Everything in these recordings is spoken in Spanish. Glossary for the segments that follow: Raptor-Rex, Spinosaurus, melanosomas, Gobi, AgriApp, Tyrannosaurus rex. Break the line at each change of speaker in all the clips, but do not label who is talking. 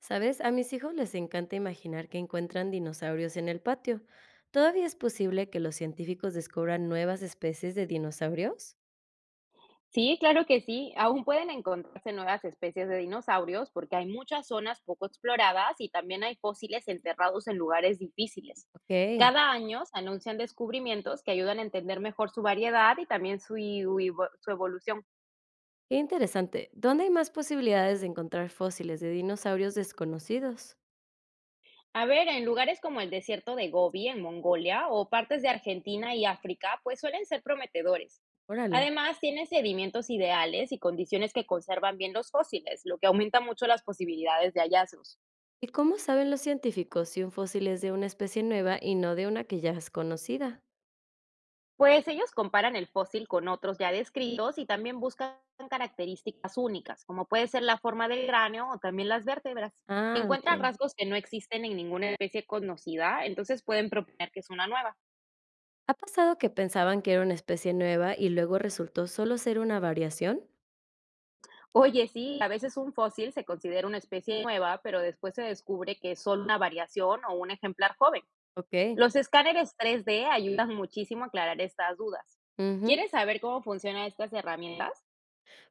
¿Sabes? A mis hijos les encanta imaginar que encuentran dinosaurios en el patio. ¿Todavía es posible que los científicos descubran nuevas especies de dinosaurios?
Sí, claro que sí. Aún pueden encontrarse nuevas especies de dinosaurios porque hay muchas zonas poco exploradas y también hay fósiles enterrados en lugares difíciles.
Ok,
Cada año se anuncian descubrimientos que ayudan a entender mejor su variedad y también su evolución.
qué interesante. ¿Dónde hay más posibilidades de encontrar fósiles de dinosaurios desconocidos?
A ver, en lugares como el desierto de Gobi en Mongolia o partes de Argentina y África, pues suelen ser prometedores.
Órale.
Además, tienen sedimentos ideales y condiciones que conservan bien los fósiles, lo que aumenta mucho las posibilidades de hallazgos.
¿Y cómo saben los científicos si un fósil es de una especie nueva y no de una que ya es conocida?
Pues ellos comparan el fósil con otros ya descritos y también buscan características únicas, como puede ser la forma del cráneo o también las vértebras. Si
Ah, ok.
encuentran rasgos que no existen en ninguna especie conocida, entonces pueden proponer que es una nueva.
¿Ha pasado que pensaban que era una especie nueva y luego resultó solo ser una variación?
Oye, sí, a veces un fósil se considera una especie nueva, pero después se descubre que es solo una variación o un ejemplar joven.
Ok.
Los escáneres 3D ayudan muchísimo a aclarar estas dudas.
Ujú.
¿Quieres saber cómo funcionan estas herramientas?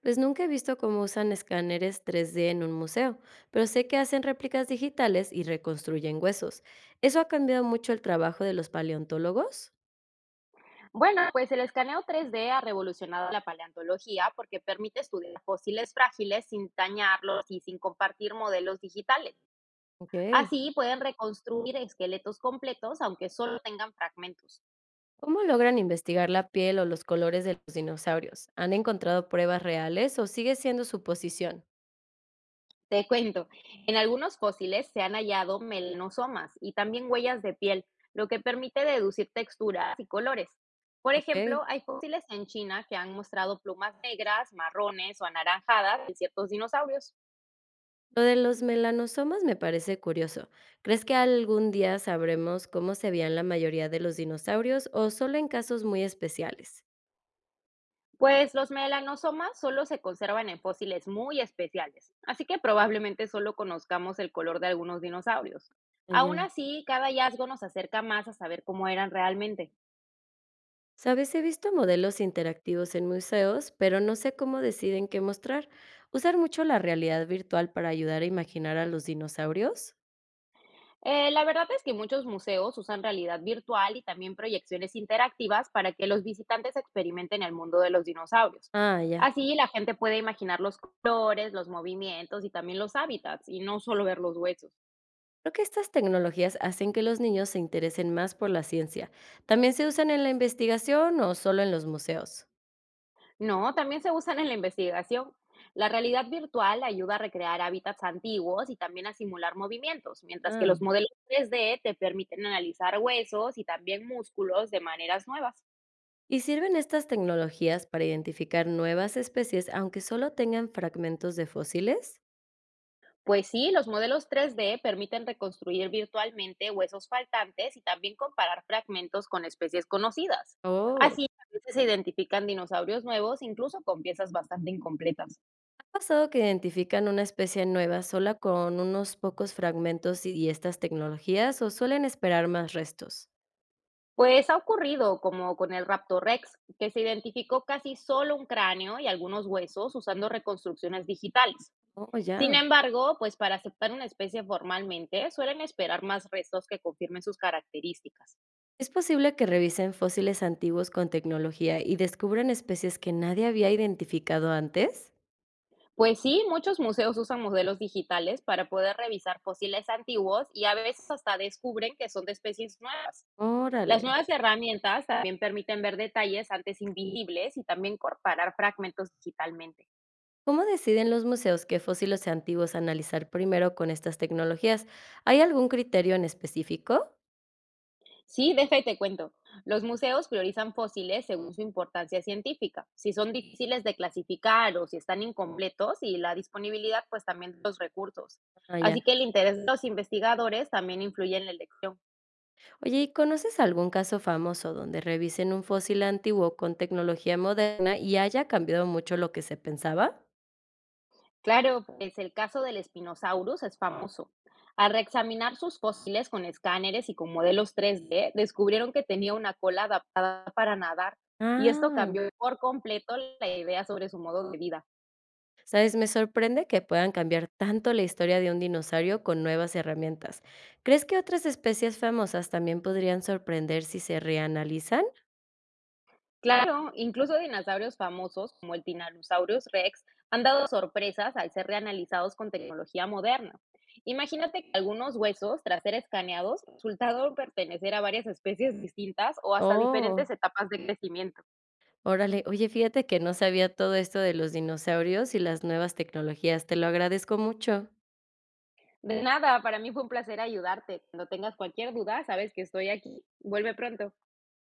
Pues nunca he visto cómo usan escáneres 3D en un museo, pero sé que hacen réplicas digitales y reconstruyen huesos. ¿Eso ha cambiado mucho el trabajo de los paleontólogos?
Bueno, pues el escaneo 3D ha revolucionado la paleontología porque permite estudiar fósiles frágiles sin dañarlos y sin compartir modelos digitales.
Ok.
Así pueden reconstruir esqueletos completos aunque solo tengan fragmentos.
¿Cómo logran investigar la piel o los colores de los dinosaurios? ¿Han encontrado pruebas reales o sigue siendo suposición?
Te cuento, en algunos fósiles se han hallado melanosomas y también huellas de piel, lo que permite deducir texturas y colores. Por ejemplo,
Ok.
hay fósiles en China que han mostrado plumas negras, marrones o anaranjadas en ciertos dinosaurios.
Lo de los melanosomas me parece curioso. ¿Crees que algún día sabremos cómo se veían la mayoría de los dinosaurios o solo en casos muy especiales?
Pues los melanosomas solo se conservan en fósiles muy especiales, así que probablemente solo conozcamos el color de algunos dinosaurios. Aún así, cada hallazgo nos acerca más a saber cómo eran realmente.
Sabes, he visto modelos interactivos en museos, pero no sé cómo deciden qué mostrar. ¿Usar mucho la realidad virtual para ayudar a imaginar a los dinosaurios?
La verdad es que muchos museos usan realidad virtual y también proyecciones interactivas para que los visitantes experimenten el mundo de los dinosaurios.
Ah, ya.
Así la gente puede imaginar los colores, los movimientos y también los hábitats, y no solo ver los huesos.
Creo que estas tecnologías hacen que los niños se interesen más por la ciencia. ¿También se usan en la investigación o solo en los museos?
No, también se usan en la investigación. La realidad virtual ayuda a recrear hábitats antiguos y también a simular movimientos, mientras que los
Ah.
modelos 3D te permiten analizar huesos y también músculos de maneras nuevas.
¿Y sirven estas tecnologías para identificar nuevas especies aunque solo tengan fragmentos de fósiles?
Pues sí, los modelos tres d permiten reconstruir virtualmente huesos faltantes y también comparar fragmentos con especies conocidas.
Oh.
Así, a veces se identifican dinosaurios nuevos, incluso con piezas bastante incompletas.
¿Ha pasado que identifican una especie nueva sola con unos pocos fragmentos y estas tecnologías o suelen esperar más restos?
Pues ha ocurrido, como con el Raptor-Rex, que se identificó casi solo un cráneo y algunos huesos usando reconstrucciones digitales.
Oh,
Sin
ya.
embargo, pues para aceptar una especie formalmente, suelen esperar más restos que confirmen sus características.
¿Es posible que revisen fósiles antiguos con tecnología y descubran especies que nadie había identificado antes?
Pues sí, muchos museos usan modelos digitales para poder revisar fósiles antiguos y a veces hasta descubren que son de especies nuevas. Las
Órale.
nuevas herramientas también permiten ver detalles antes invisibles y también comparar fragmentos digitalmente.
¿Cómo deciden los museos qué fósiles antiguos analizar primero con estas tecnologías? ¿Hay algún criterio en específico?
Sí, deja y te cuento. Los museos priorizan fósiles según su importancia científica, si son difíciles de clasificar o si están incompletos y la disponibilidad, pues también de los recursos.
Ah, ya.
Así que el interés de los investigadores también influye en la elección.
Oye, ¿y conoces algún caso famoso donde revisen un fósil antiguo con tecnología moderna y haya cambiado mucho lo que se pensaba?
Claro, pues el caso del Spinosaurus es famoso. Al reexaminar sus fósiles con escáneres y con modelos 3D, descubrieron que tenía una cola adaptada para nadar y esto
Ah.
cambió por completo la idea sobre su modo de vida.
Sabes, me sorprende que puedan cambiar tanto la historia de un dinosaurio con nuevas herramientas. ¿Crees que otras especies famosas también podrían sorprender si se reanalizan?
Claro, incluso dinosaurios famosos como el Tyrannosaurus rex han dado sorpresas al ser reanalizados con tecnología moderna. Imagínate que algunos huesos, tras ser escaneados, resultaron pertenecer a varias especies distintas o hasta
Oh.
diferentes etapas de crecimiento.
Órale, oye, fíjate que no sabía todo esto de los dinosaurios y las nuevas tecnologías, te lo agradezco mucho.
De nada, para mí fue un placer ayudarte. Cuando tengas cualquier duda, sabes que estoy aquí. Vuelve pronto.